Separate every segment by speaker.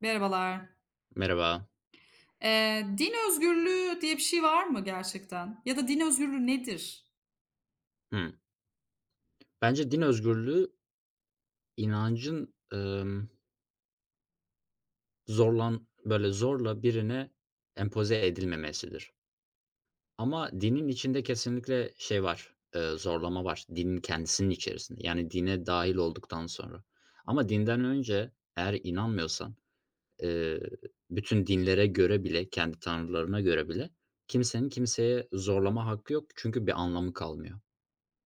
Speaker 1: Merhabalar.
Speaker 2: Merhaba.
Speaker 1: Din özgürlüğü diye bir şey var mı gerçekten? Ya da din özgürlüğü nedir?
Speaker 2: Hımm. Bence din özgürlüğü inancın, zorlan böyle zorla birine empoze edilmemesidir. Ama dinin içinde kesinlikle şey var, zorlama var. Dinin kendisinin içerisinde. Yani dine dahil olduktan sonra. Ama dinden önce eğer inanmıyorsan, eee, bütün dinlere göre bile, kendi tanrılarına göre bile kimsenin kimseye zorlama hakkı yok. Çünkü bir anlamı kalmıyor.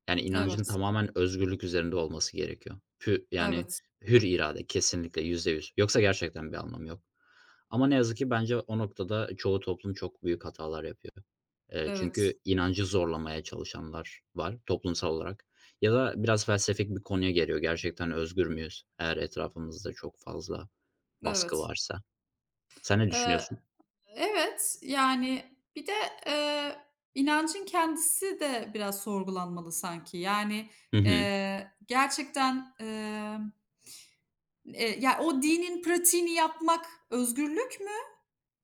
Speaker 2: Yani, inancın
Speaker 1: Evet,
Speaker 2: tamamen özgürlük üzerinde olması gerekiyor. Pü yani,
Speaker 1: evet,
Speaker 2: hür irade kesinlikle %100. Yoksa gerçekten bir anlamı yok. Ama ne yazık ki bence o noktada çoğu toplum çok büyük hatalar yapıyor.
Speaker 1: evet,
Speaker 2: Çünkü inancı zorlamaya çalışanlar var toplumsal olarak ya da biraz felsefik bir konuya geliyor. Gerçekten özgür müyüz eğer etrafımızda çok fazla baskı
Speaker 1: evet.
Speaker 2: varsa? Sen ne
Speaker 1: Eee,
Speaker 2: düşünüyorsun?
Speaker 1: evet, yani bir de, eee, inancın kendisi de biraz sorgulanmalı sanki. Yani,
Speaker 2: Hı hı.
Speaker 1: gerçekten, ya, o dinin pratiğini yapmak özgürlük mü?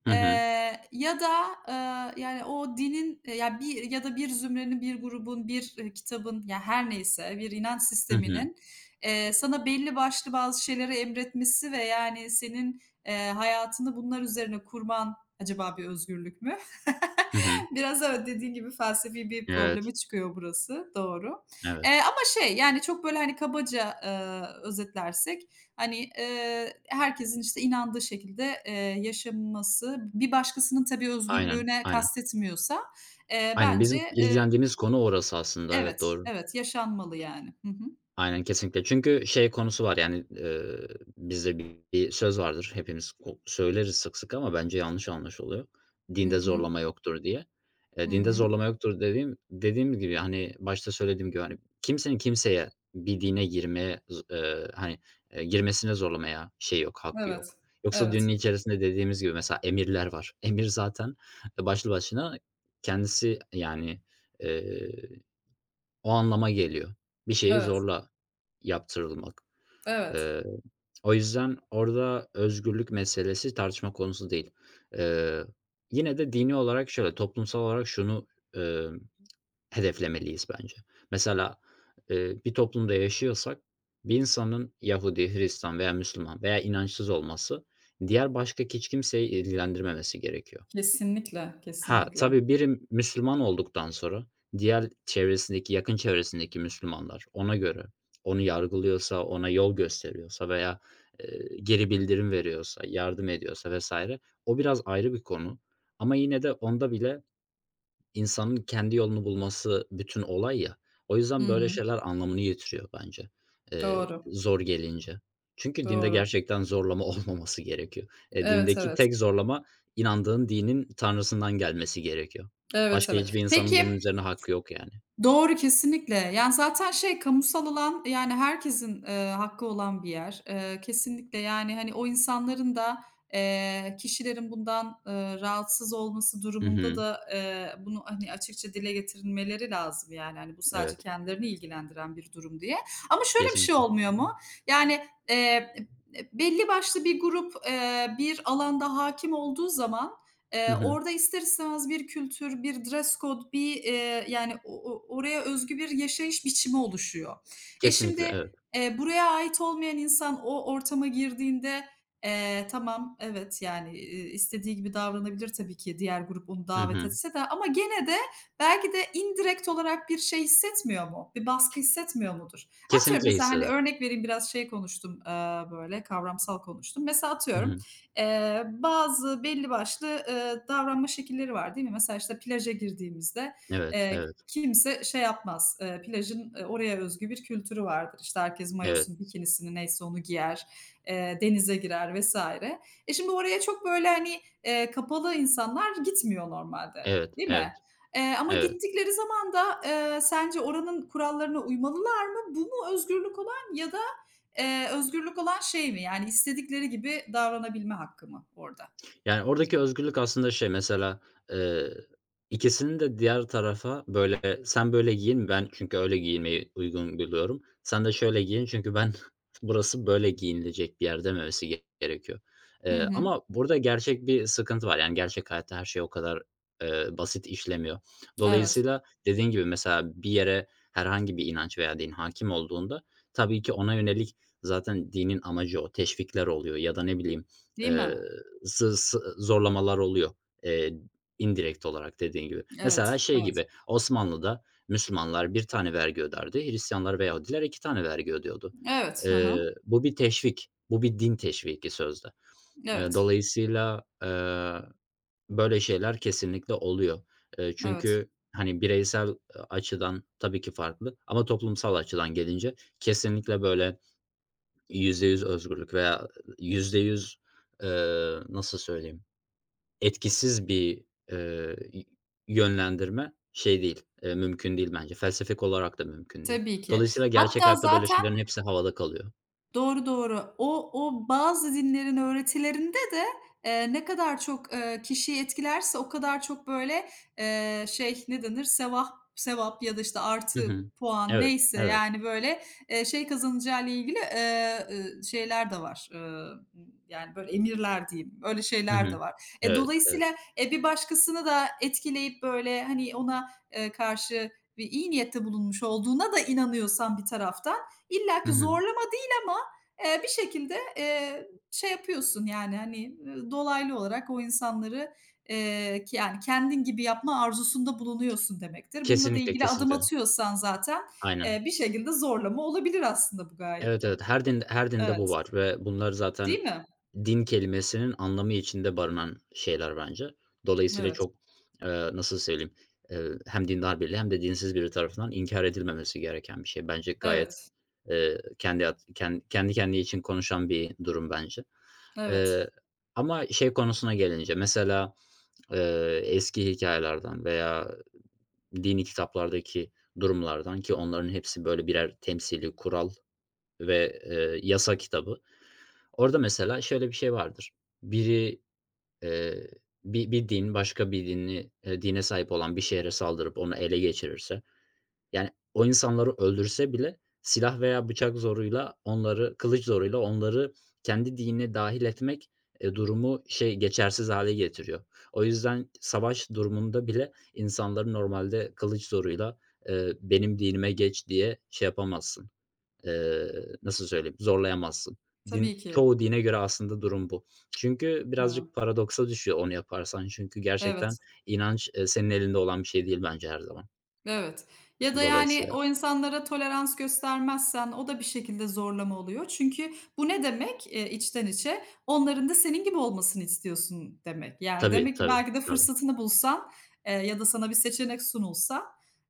Speaker 2: Hı hı.
Speaker 1: Ya da, yani, o dinin, ya, bir ya da bir zümrenin, bir grubun, bir, kitabın, ya, her neyse bir inanç
Speaker 2: Hı hı.
Speaker 1: sisteminin, sana belli başlı bazı şeyleri emretmesi ve, yani, senin, hayatını bunlar üzerine kurman acaba bir özgürlük mü?
Speaker 2: Hı hı.
Speaker 1: Biraz, evet, dediğin gibi felsefi bir
Speaker 2: Evet,
Speaker 1: problemi çıkıyor burası, doğru.
Speaker 2: evet.
Speaker 1: Ama şey, yani, çok, böyle, hani, kabaca, özetlersek. Hani, herkesin, işte, inandığı şekilde, yaşaması, bir başkasının tabii
Speaker 2: Aynen,
Speaker 1: özgürlüğüne
Speaker 2: aynen.
Speaker 1: kastetmiyorsa,
Speaker 2: Aynen,
Speaker 1: bence,
Speaker 2: bizim
Speaker 1: eee
Speaker 2: ilgilendiğimiz konu orası aslında. Evet,
Speaker 1: Evet,
Speaker 2: doğru.
Speaker 1: evet, yaşanmalı yani. Hı hı.
Speaker 2: Aynen, kesinlikle. Çünkü şey konusu var, yani, bizde bir söz vardır, hepimiz ko söyleriz sık sık ama bence yanlış anlaşılıyor.
Speaker 1: Hı
Speaker 2: Dinde
Speaker 1: hı.
Speaker 2: zorlama yoktur diye.
Speaker 1: Hı
Speaker 2: Dinde
Speaker 1: hı.
Speaker 2: zorlama yoktur dediğim gibi, hani, başta söylediğim gibi, hani, kimsenin kimseye bir dine girmeye z hani, girmesine zorlamaya şey yok, hakkı
Speaker 1: Evet,
Speaker 2: yok. Yoksa dinin
Speaker 1: evet,
Speaker 2: içerisinde dediğimiz gibi mesela emirler var. Emir zaten başlı başına kendisi, yani, eee o anlama geliyor. Bir şeyi
Speaker 1: evet,
Speaker 2: zorla yaptırılmak.
Speaker 1: evet.
Speaker 2: Eee, o yüzden orada özgürlük meselesi tartışma konusu değil. Eee, yine de dini olarak şöyle, toplumsal olarak şunu, emm, hedeflemeliyiz bence. Mesela, bir toplumda yaşıyorsak bir insanın Yahudi, Hristiyan veya Müslüman veya inançsız olması diğer başka hiç kimseyi ilgilendirmemesi gerekiyor.
Speaker 1: Kesinlikle,
Speaker 2: Ha,
Speaker 1: kesinlikle.
Speaker 2: tabii biri Müslüman olduktan sonra diğer çevresindeki, yakın çevresindeki Müslümanlar ona göre, onu yargılıyorsa, ona yol gösteriyorsa veya, geri bildirim veriyorsa, yardım ediyorsa vesaire o biraz ayrı bir konu ama yine de onda bile İnsanın kendi yolunu bulması bütün olay ya. O
Speaker 1: Hı
Speaker 2: yüzden böyle
Speaker 1: hı.
Speaker 2: şeyler anlamını yitiriyor bence,
Speaker 1: Doğru,
Speaker 2: zor gelince. Çünkü dinde
Speaker 1: doğru.
Speaker 2: gerçekten zorlama olmaması gerekiyor.
Speaker 1: Evet,
Speaker 2: Dindeki
Speaker 1: evet.
Speaker 2: tek zorlama inandığın dinin tanrısından gelmesi gerekiyor.
Speaker 1: Evet,
Speaker 2: Başka
Speaker 1: evet.
Speaker 2: hiçbir insanın
Speaker 1: Peki.
Speaker 2: bunun üzerine hakkı yok yani.
Speaker 1: Doğru, kesinlikle. Yani, zaten şey, kamusal alan, yani, herkesin, hakkı olan bir yer. Kesinlikle, yani, hani, o insanların da, kişilerin bundan, rahatsız olması
Speaker 2: Hı
Speaker 1: durumunda
Speaker 2: hı.
Speaker 1: da, bunu, hani, açıkça dile getirilmeleri lazım, yani, hani, bu sadece
Speaker 2: Evet,
Speaker 1: kendilerini ilgilendiren bir durum diye. Ama şöyle bir şey
Speaker 2: kesinlikle.
Speaker 1: olmuyor mu? Yani, eee, belli başlı bir grup, bir alanda hakim olduğu zaman.
Speaker 2: Hı hı.
Speaker 1: Orada ister istemez bir kültür, bir dress code, bir, yani o oraya özgü bir yaşayış biçimi oluşuyor. E,
Speaker 2: Kesinlikle,
Speaker 1: şimdi,
Speaker 2: evet.
Speaker 1: buraya ait olmayan insan o ortama girdiğinde, tamam, evet, yani, istediği gibi davranabilir tabii ki diğer grup onu
Speaker 2: Hı
Speaker 1: davet
Speaker 2: hı.
Speaker 1: etse de ama gene de belki de indirekt olarak bir şey hissetmiyor mu? Bir baskı hissetmiyor mudur? Atıyorum,
Speaker 2: Kesinlikle
Speaker 1: mesela, hani,
Speaker 2: hisseder.
Speaker 1: örnek vereyim biraz şey konuştum, böyle kavramsal konuştum. Mesela
Speaker 2: Hı
Speaker 1: atıyorum,
Speaker 2: hı.
Speaker 1: Bazı belli başlı, davranma şekilleri var, değil mi? Mesela, işte, plaja girdiğimizde,
Speaker 2: Evet, evet,
Speaker 1: kimse şey yapmaz, plajın, oraya özgü bir kültürü vardır. İşte, herkes
Speaker 2: evet,
Speaker 1: mayosunu, bikinisini neyse onu giyer, denize girer vesaire. E, şimdi oraya çok, böyle, hani, kapalı insanlar gitmiyor normalde,
Speaker 2: evet,
Speaker 1: değil mi?
Speaker 2: evet,
Speaker 1: Ama
Speaker 2: evet.
Speaker 1: gittikleri zaman da, sence oranın kurallarına uymalılar mı? Bu mu özgürlük olan ya da özgürlük olan şey mi? Yani istedikleri gibi davranabilme hakkı mı orada?
Speaker 2: Yani, oradaki özgürlük aslında şey mesela, eee, ikisinin de diğer tarafa, böyle, "Sen böyle giyin, ben çünkü öyle giyinmeyi uygun buluyorum. Sen de şöyle giyin çünkü ben burası böyle giyinilecek bir yer." dememesi gerekiyor.
Speaker 1: Hı hı.
Speaker 2: Ama burada gerçek bir sıkıntı var. Yani, gerçek hayatta her şey o kadar, basit işlemiyor.
Speaker 1: Evet.
Speaker 2: Dolayısıyla dediğin gibi mesela bir yere herhangi bir inanç veya din hakim olduğunda tabii ki ona yönelik zaten dinin amacı o, teşvikler oluyor ya da ne bileyim,
Speaker 1: Değil
Speaker 2: eee
Speaker 1: mi?
Speaker 2: Zı sı zorlamalar oluyor, eee, indirekt olarak dediğin gibi.
Speaker 1: Evet,
Speaker 2: Mesela şey
Speaker 1: evet.
Speaker 2: gibi, Osmanlı'da Müslümanlar bir tane vergi öderdi, Hristiyanlar ve Yahudiler 2 tane vergi ödüyordu.
Speaker 1: Evet, hı hı.
Speaker 2: Bu bir teşvik, bu bir din teşviki sözde.
Speaker 1: Evet,
Speaker 2: Dolayısıyla, böyle şeyler kesinlikle oluyor.
Speaker 1: evet.
Speaker 2: Çünkü, hani, bireysel açıdan tabii ki farklı ama toplumsal açıdan gelince kesinlikle böyle %100 özgürlük veya %100, nasıl söyleyeyim? Etkisiz bir, eee, yönlendirme şey değil, mümkün değil bence. Felsefik olarak da mümkün değil.
Speaker 1: Tabii ki.
Speaker 2: Dolayısıyla gerçek
Speaker 1: Hatta
Speaker 2: hayatta böyle
Speaker 1: zaten
Speaker 2: şeylerin hepsi havada kalıyor.
Speaker 1: doğru, doğru. O bazı dinlerin öğretilerinde de, ne kadar çok, kişiyi etkilerse o kadar çok böyle, şey, ne denir, sevap sevap ya da, işte,
Speaker 2: Hı
Speaker 1: artı
Speaker 2: hı.
Speaker 1: puan
Speaker 2: Evet,
Speaker 1: neyse,
Speaker 2: evet.
Speaker 1: yani, böyle, şey kazanacağıyla ilgili, şeyler de var. Yani, böyle emirler diyeyim, öyle
Speaker 2: Hı
Speaker 1: şeyler de
Speaker 2: hı.
Speaker 1: var. E,
Speaker 2: Evet, evet.
Speaker 1: dolayısıyla, e, bir başkasını da etkileyip böyle, hani, ona, karşı bir iyi niyette bulunmuş olduğuna da inanıyorsan bir taraftan
Speaker 2: Hı
Speaker 1: illaki
Speaker 2: hı.
Speaker 1: zorlama değil ama bir şekilde, şey yapıyorsun, yani, hani, dolaylı olarak o insanları, k yani, kendin gibi yapma arzusunda bulunuyorsun demektir. Bununla da
Speaker 2: Kesinlikle,
Speaker 1: ilgili adım
Speaker 2: kesinlikle.
Speaker 1: atıyorsan zaten,
Speaker 2: Aynen.
Speaker 1: bir şekilde zorlama olabilir aslında bu gayet
Speaker 2: Evet,
Speaker 1: de.
Speaker 2: evet. Her dinde bu
Speaker 1: Evet,
Speaker 2: var ve bunlar zaten
Speaker 1: değil mi?
Speaker 2: din kelimesinin anlamı içinde barınan şeyler bence. Dolayısıyla
Speaker 1: Evet,
Speaker 2: çok, nasıl söyleyeyim, hem dindar biri hem de dinsiz biri tarafından inkar edilmemesi gereken bir şey. Bence gayet,
Speaker 1: evet,
Speaker 2: kendi at ken kendi kendine için konuşan bir durum bence.
Speaker 1: evet.
Speaker 2: Eee, ama şey konusuna gelince mesela, eski hikayelerden veya dini kitaplardaki durumlardan ki onların hepsi böyle birer temsili kural ve, yasa kitabı. Orada mesela şöyle bir şey vardır. Biri, eee, bir din başka bir dini dine sahip olan bir şehre saldırıp onu ele geçirirse, yani o insanları öldürse bile silah veya bıçak zoruyla onları, kılıç zoruyla onları kendi dinine dahil etmek, durumu şey, geçersiz hale getiriyor. O yüzden savaş durumunda bile insanları normalde kılıç zoruyla, "Benim dinime geç." diye şey yapamazsın. Nasıl söyleyeyim, zorlayamazsın. Din
Speaker 1: Tabii ki.
Speaker 2: çoğu dine göre aslında durum bu. Çünkü
Speaker 1: Hıı,
Speaker 2: birazcık paradoksa düşüyor onu yaparsan. Çünkü gerçekten
Speaker 1: evet.
Speaker 2: inanç, senin elinde olan bir şey değil bence her zaman.
Speaker 1: Evet. Ya da, yani,
Speaker 2: Dolayısıyla
Speaker 1: o insanlara tolerans göstermezsen o da bir şekilde zorlama oluyor. Çünkü bu ne demek, içten içe? Onların da senin gibi olmasını istiyorsun demek. Yani,
Speaker 2: tabii,
Speaker 1: demek ki
Speaker 2: tabii,
Speaker 1: belki de
Speaker 2: tabii.
Speaker 1: fırsatını bulsan, ya da sana bir seçenek sunulsa,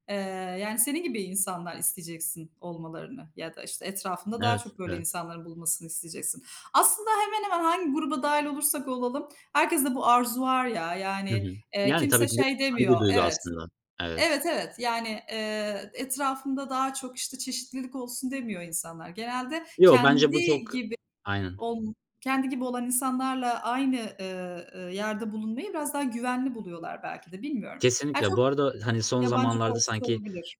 Speaker 1: eee, yani, senin gibi insanlar isteyeceksin olmalarını ya da, işte, etrafında daha
Speaker 2: Evet,
Speaker 1: çok böyle
Speaker 2: evet.
Speaker 1: insanların bulmasını isteyeceksin. Aslında hemen hemen hangi gruba dahil olursak olalım herkes de bu arzu var ya,
Speaker 2: Hı
Speaker 1: yani,
Speaker 2: hı. Yani,
Speaker 1: kimse
Speaker 2: tabii ki bu
Speaker 1: şey
Speaker 2: iyi bir
Speaker 1: demiyor.
Speaker 2: duygu
Speaker 1: Evet,
Speaker 2: aslında. Evet.
Speaker 1: evet, evet. Yani, etrafımda daha çok, işte, çeşitlilik olsun demiyor insanlar. Genelde
Speaker 2: Yo, bence bu çok aynen.
Speaker 1: olm kendi gibi olan insanlarla aynı, yerde bulunmayı biraz daha güvenli buluyorlar belki de, bilmiyorum. Ya,
Speaker 2: Kesinlikle. Bu
Speaker 1: çok
Speaker 2: arada, hani, son
Speaker 1: yabancı
Speaker 2: zamanlarda
Speaker 1: korkusu
Speaker 2: sanki
Speaker 1: olabilir.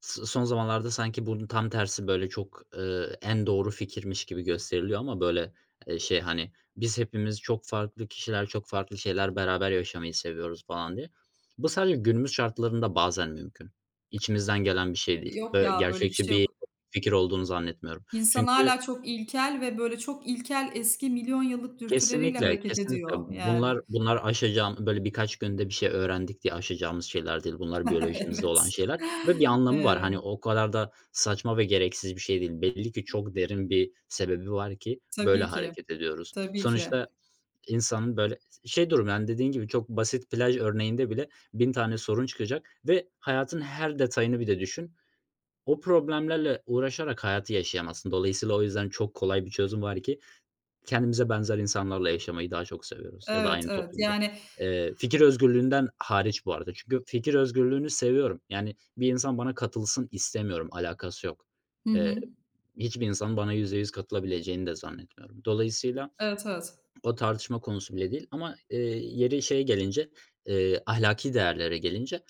Speaker 2: S son zamanlarda sanki bunun tam tersi böyle çok, en doğru fikirmiş gibi gösteriliyor ama böyle, şey, hani, "Biz hepimiz çok farklı kişiler, çok farklı şeyler beraber yaşamayı seviyoruz." falan diye. Bu sadece günümüz şartlarında bazen mümkün. İçimizden gelen bir şey değil
Speaker 1: Yok
Speaker 2: ve
Speaker 1: ya, böyle bir
Speaker 2: gerçekçi
Speaker 1: şey
Speaker 2: bir
Speaker 1: yok.
Speaker 2: fikir olduğunu zannetmiyorum.
Speaker 1: İnsan
Speaker 2: Çünkü
Speaker 1: hâlâ çok ilkel ve böyle çok ilkel eski milyon yıllık dürtüleriyle
Speaker 2: kesinlikle,
Speaker 1: hareket
Speaker 2: kesinlikle.
Speaker 1: ediyor yani.
Speaker 2: Bunlar aşacağım böyle birkaç günde bir şey öğrendik diye aşacağımız şeyler değil. Bunlar biyolojimizde
Speaker 1: Evet.
Speaker 2: olan şeyler ve bir anlamı var. Hani
Speaker 1: Eee,
Speaker 2: o kadar da saçma ve gereksiz bir şey değil. Belli ki çok derin bir sebebi var ki böyle
Speaker 1: tabii ki,
Speaker 2: hareket ediyoruz.
Speaker 1: tabii ki.
Speaker 2: Sonuçta insanın böyle şey durum yani dediğin gibi çok basit plaj örneğinde bile 1000 tane sorun çıkacak ve hayatın her detayını bir de düşün. O problemlerle uğraşarak hayatı yaşayamazsın. Dolayısıyla o yüzden çok kolay bir çözüm var ki kendimize benzer insanlarla yaşamayı daha çok seviyoruz ya da
Speaker 1: Evet,
Speaker 2: aynı
Speaker 1: evet.
Speaker 2: toplumda.
Speaker 1: Yani.
Speaker 2: Fikir özgürlüğünden hariç bu arada. Çünkü fikir özgürlüğünü seviyorum. Yani bir insan bana katılsın istemiyorum, alakası yok.
Speaker 1: Hı
Speaker 2: Eee,
Speaker 1: hı.
Speaker 2: hiçbir insan bana %100 katılabileceğini de zannetmiyorum. Dolayısıyla
Speaker 1: Evet, evet.
Speaker 2: o tartışma konusu bile değil ama, yeri şeye gelince, ahlaki değerlere gelince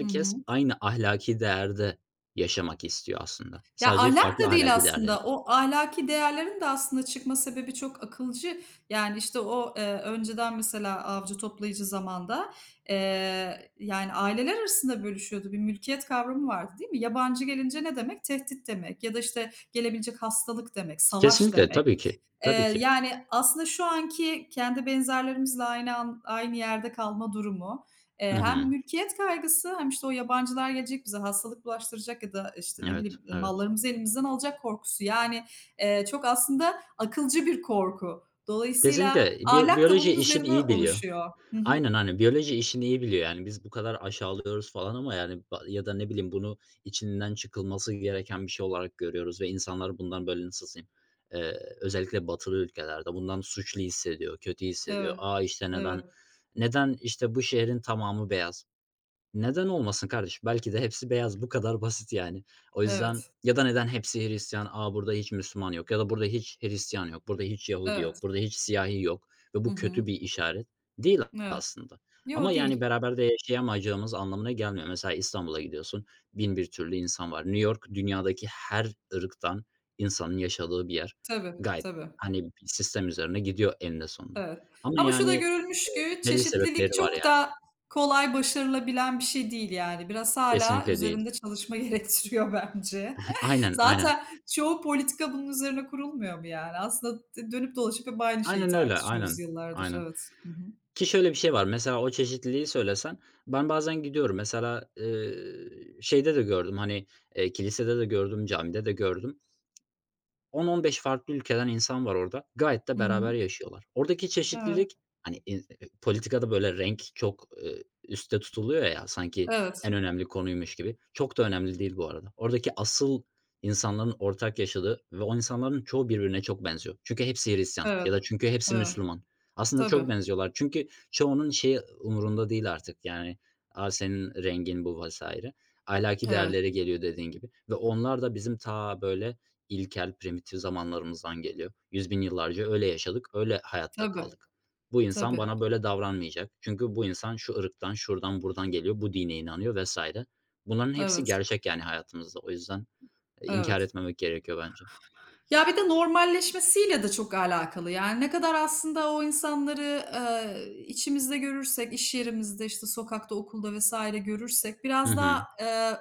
Speaker 1: Hı hı.
Speaker 2: aynı ahlaki değerde yaşamak istiyor aslında.
Speaker 1: Ya,
Speaker 2: Sadece
Speaker 1: ahlak
Speaker 2: farklı
Speaker 1: da değil
Speaker 2: ahlaki
Speaker 1: aslında.
Speaker 2: değerlerimiz.
Speaker 1: O ahlaki değerlerin de aslında çıkma sebebi çok akılcı. Yani, işte, o, önceden mesela avcı toplayıcı zamanda, yani, aileler arasında bölüşüyordu. Bir mülkiyet kavramı vardı, değil mi? Yabancı gelince ne demek? Tehdit demek ya da, işte, gelebilecek hastalık demek, savaş
Speaker 2: Kesinlikle,
Speaker 1: demek.
Speaker 2: tabii ki,
Speaker 1: Eee,
Speaker 2: tabii ki.
Speaker 1: yani, aslında şu anki kendi benzerlerimizle aynı an aynı yerde kalma durumu,
Speaker 2: Hı
Speaker 1: Hem
Speaker 2: hı.
Speaker 1: mülkiyet kaygısı hem, işte, o yabancılar gelecek bize hastalık bulaştıracak ya da, işte, ne
Speaker 2: Evet,
Speaker 1: bileyim,
Speaker 2: evet.
Speaker 1: mallarımızı elimizden alacak korkusu. Yani, çok aslında akılcı bir korku. Dolayısıyla
Speaker 2: Kesinlikle. Biyo
Speaker 1: ahlak da
Speaker 2: biyoloji
Speaker 1: bunun
Speaker 2: işini
Speaker 1: üzerine
Speaker 2: iyi biliyor.
Speaker 1: oluşuyor. Hı hı.
Speaker 2: Aynen, aynen. Biyoloji işini iyi biliyor. Yani biz bu kadar aşağılıyoruz falan ama yani ba ya da ne bileyim bunu içinden çıkılması gereken bir şey olarak görüyoruz ve insanlar bundan böyle nasıl diyeyim, özellikle batılı ülkelerde bundan suçlu hissediyor, kötü hissediyor.
Speaker 1: Evet.
Speaker 2: A, işte neden
Speaker 1: Evet.
Speaker 2: neden işte bu şehrin tamamı beyaz? Neden olmasın kardeşim? Belki de hepsi beyaz. Bu kadar basit yani. O yüzden
Speaker 1: Evet.
Speaker 2: ya da neden hepsi Hristiyan? A, burada hiç Müslüman yok ya da burada hiç Hristiyan yok, burada hiç Yahudi
Speaker 1: Evet.
Speaker 2: yok, burada hiç siyahi yok ve
Speaker 1: Hı
Speaker 2: bu
Speaker 1: hı.
Speaker 2: kötü bir işaret değil
Speaker 1: Evet.
Speaker 2: aslında. Ama
Speaker 1: Yo,
Speaker 2: yani
Speaker 1: değil.
Speaker 2: beraber de yaşayamayacağımız anlamına gelmiyor. Mesela İstanbul'a gidiyorsun, bin bir türlü insan var. New York dünyadaki her ırktan insanın yaşadığı bir yer.
Speaker 1: Tabii,
Speaker 2: Gayet,
Speaker 1: tabii.
Speaker 2: hani, bir sistem üzerine gidiyor eninde sonunda.
Speaker 1: Evet.
Speaker 2: Ama
Speaker 1: Ama şu da
Speaker 2: yani
Speaker 1: görülmüş ki
Speaker 2: belli sebepleri
Speaker 1: çeşitlilik
Speaker 2: var
Speaker 1: çok
Speaker 2: yani.
Speaker 1: da kolay başarılabilen bir şey değil yani. Biraz hala
Speaker 2: Kesinlikle değil.
Speaker 1: üzerinde çalışma gerektiriyor bence.
Speaker 2: Aynen, aynen.
Speaker 1: Zaten çoğu politika bunun üzerine kurulmuyor mu yani? Aslında dönüp dolaşıp hep aynı şeyi
Speaker 2: Aynen öyle,
Speaker 1: tartışıyoruz
Speaker 2: aynen,
Speaker 1: yıllardır.
Speaker 2: aynen.
Speaker 1: Evet. Hı hı.
Speaker 2: Ki şöyle bir şey var, mesela o çeşitliliği söylesen, ben bazen gidiyorum. Mesela, şeyde de gördüm, hani, kilisede de gördüm, camide de gördüm. 10-15 farklı ülkeden insan var orada. Gayet de
Speaker 1: Hı hı.
Speaker 2: beraber yaşıyorlar. Oradaki
Speaker 1: Evet.
Speaker 2: çeşitlilik, hani, in politikada böyle renk çok, üstte tutuluyor ya, sanki
Speaker 1: Evet.
Speaker 2: en önemli konuymuş gibi. Çok da önemli değil bu arada. Oradaki asıl insanların ortak yaşadığı ve o insanların çoğu birbirine çok benziyor. Çünkü hepsi Hristiyan
Speaker 1: Evet.
Speaker 2: ya da çünkü hepsi
Speaker 1: Evet.
Speaker 2: Müslüman. Aslında
Speaker 1: Tabii.
Speaker 2: çok benziyorlar. Çünkü çoğunun şeyi umurunda değil artık, yani, "A, senin rengin bu." vs. Ahlaki
Speaker 1: Evet.
Speaker 2: değerlere geliyor dediğin gibi ve onlar da bizim ta böyle ilkel, primitif zamanlarımızdan geliyor. Yüz bin yıllarca öyle yaşadık, öyle hayatta
Speaker 1: Tabii.
Speaker 2: kaldık. Bu insan
Speaker 1: Tabii.
Speaker 2: bana böyle davranmayacak. Çünkü bu insan şu ırktan, şuradan, buradan geliyor, bu dine inanıyor vesaire. Bunların hepsi
Speaker 1: Evet.
Speaker 2: gerçek yani hayatımızda. O yüzden, inkâr
Speaker 1: Evet.
Speaker 2: etmemek gerekiyor bence.
Speaker 1: Ya, bir de normalleşmesiyle de çok alakalı. Yani ne kadar aslında o insanları, içimizde görürsek, iş yerimizde, işte, sokakta, okulda vesaire görürsek
Speaker 2: Hı
Speaker 1: biraz daha,
Speaker 2: hı.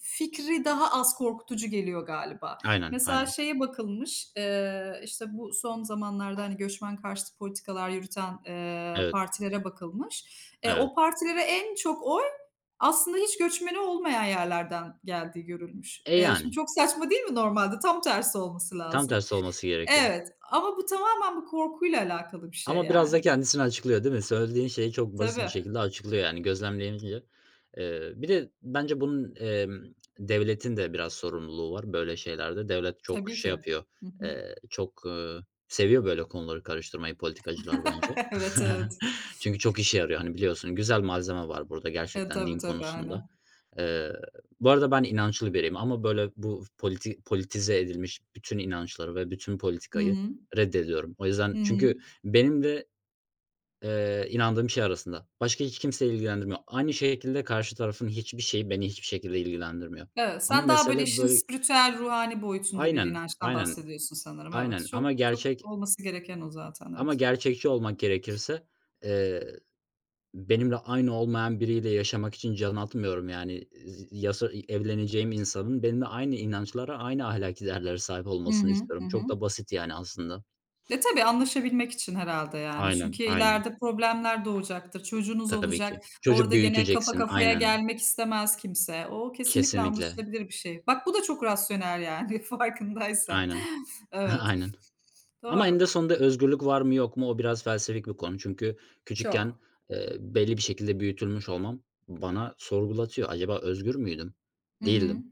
Speaker 1: fikri daha az korkutucu geliyor galiba.
Speaker 2: Aynen,
Speaker 1: Mesela
Speaker 2: aynen.
Speaker 1: şeye bakılmış, işte, bu son zamanlarda, hani, göçmen karşıtı politikalar yürüten,
Speaker 2: Evet,
Speaker 1: partilere bakılmış. E,
Speaker 2: evet.
Speaker 1: o partilere en çok oy aslında hiç göçmeni olmayan yerlerden geldiği görülmüş.
Speaker 2: E,
Speaker 1: Şimdi
Speaker 2: yani
Speaker 1: çok saçma değil mi normalde? Tam tersi olması
Speaker 2: tam
Speaker 1: lazım.
Speaker 2: tersi olması gerekiyor.
Speaker 1: Evet ama bu tamamen bu korkuyla alakalı bir şey
Speaker 2: Ama biraz
Speaker 1: yani.
Speaker 2: da kendisini açıklıyor, değil mi? Söylediğin şeyi çok basit bir
Speaker 1: Tabii,
Speaker 2: şekilde açıklıyor yani gözlemleyince. Bir de bence bunun, devletin de biraz sorumluluğu var böyle şeylerde. Devlet çok
Speaker 1: tabii
Speaker 2: şey
Speaker 1: ki.
Speaker 2: yapıyor,
Speaker 1: Hı hı.
Speaker 2: çok, seviyor böyle konuları karıştırmayı politikacılar bence.
Speaker 1: Evet, evet.
Speaker 2: Çünkü çok işe yarıyor. Hani, biliyorsun güzel malzeme var burada
Speaker 1: E,
Speaker 2: gerçekten
Speaker 1: tabii,
Speaker 2: din
Speaker 1: tabii,
Speaker 2: konusunda.
Speaker 1: aynen.
Speaker 2: Eee, bu arada ben inançlı biriyim ama böyle bu politi politize edilmiş bütün inançları ve bütün
Speaker 1: Hı
Speaker 2: politikayı
Speaker 1: hı.
Speaker 2: reddediyorum. O
Speaker 1: Hı
Speaker 2: yüzden
Speaker 1: hı.
Speaker 2: çünkü benim de, inandığım şey arasında. Başka hiç kimse ilgilendirmiyor. Aynı şekilde karşı tarafın hiçbir şeyi beni hiçbir şekilde ilgilendirmiyor.
Speaker 1: Evet,
Speaker 2: Ama
Speaker 1: sen daha böyle
Speaker 2: mesele
Speaker 1: işin
Speaker 2: böyle
Speaker 1: spiritüel, ruhani boyutunda bir
Speaker 2: aynen,
Speaker 1: inançtan
Speaker 2: aynen,
Speaker 1: bahsediyorsun sanırım. Evet,
Speaker 2: aynen
Speaker 1: çok
Speaker 2: ama
Speaker 1: çok
Speaker 2: gerçek
Speaker 1: olması gereken o zaten,
Speaker 2: ama
Speaker 1: evet.
Speaker 2: gerçekçi olmak gerekirse, eee benimle aynı olmayan biriyle yaşamak için can atmıyorum yani. Z yasa evleneceğim insanın benimle aynı inançlara, aynı ahlaki değerlere sahip
Speaker 1: Hı
Speaker 2: olmasını
Speaker 1: hı. Hı
Speaker 2: istiyorum. Çok
Speaker 1: hı.
Speaker 2: da basit yani aslında.
Speaker 1: E, tabii anlaşabilmek için herhâlde yani.
Speaker 2: Aynen,
Speaker 1: Çünkü
Speaker 2: aynen.
Speaker 1: ileride problemler doğacaktır. Çocuğunuz
Speaker 2: Tabii ki.
Speaker 1: olacak.
Speaker 2: Çocuk
Speaker 1: Orada gene kafa
Speaker 2: büyüteceksin.
Speaker 1: kafaya
Speaker 2: Aynen.
Speaker 1: gelmek istemez kimse. O kesinlikle
Speaker 2: Kesinlikle.
Speaker 1: anlaşılabilir bir şey. Bak bu da çok rasyonel yani farkındaysan.
Speaker 2: Aynen.
Speaker 1: Evet.
Speaker 2: Aynen. Ama
Speaker 1: Doğru.
Speaker 2: eninde sonunda özgürlük var mı yok mu o biraz felsefik bir konu. Çünkü
Speaker 1: Çok.
Speaker 2: küçükken, belli bir şekilde büyütülmüş olmam bana sorgulatıyor. Acaba özgür müydüm?
Speaker 1: Hı hı.
Speaker 2: Değildim.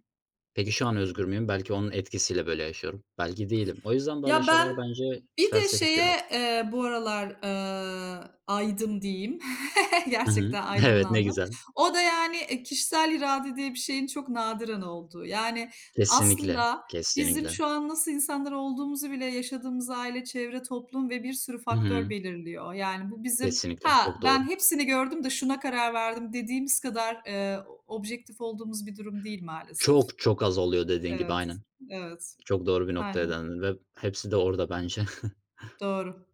Speaker 2: Peki şu an özgür müyüm? Belki onun etkisiyle böyle yaşıyorum. Belki değilim. O yüzden böyle
Speaker 1: Ya, ben
Speaker 2: şeyler bence
Speaker 1: bir de
Speaker 2: felsefik biraz.
Speaker 1: şeye, bu aralar, aydım diyeyim.
Speaker 2: Hı hı.
Speaker 1: Gerçekten
Speaker 2: Evet, ne
Speaker 1: aydınlandım.
Speaker 2: güzel.
Speaker 1: O da, yani, kişisel irade diye bir şeyin çok nadiren olduğu. Yani,
Speaker 2: Kesinlikle,
Speaker 1: aslında bizim
Speaker 2: kesinlikle.
Speaker 1: şu an nasıl insanlar olduğumuzu bile yaşadığımız aile, çevre, toplum ve bir sürü
Speaker 2: Hı
Speaker 1: faktör
Speaker 2: hı.
Speaker 1: belirliyor. Yani, bu bizim,
Speaker 2: Kesinlikle,
Speaker 1: "Ha,
Speaker 2: çok
Speaker 1: ben
Speaker 2: doğru.
Speaker 1: hepsini gördüm de şuna karar verdim." dediğimiz kadar, objektif olduğumuz bir durum değil maalesef.
Speaker 2: Çok çok az oluyor dediğin gibi,
Speaker 1: Evet,
Speaker 2: aynen.
Speaker 1: evet.
Speaker 2: Çok doğru bir noktaya
Speaker 1: Aynen,
Speaker 2: değindin ve hepsi de orada bence.
Speaker 1: doğru.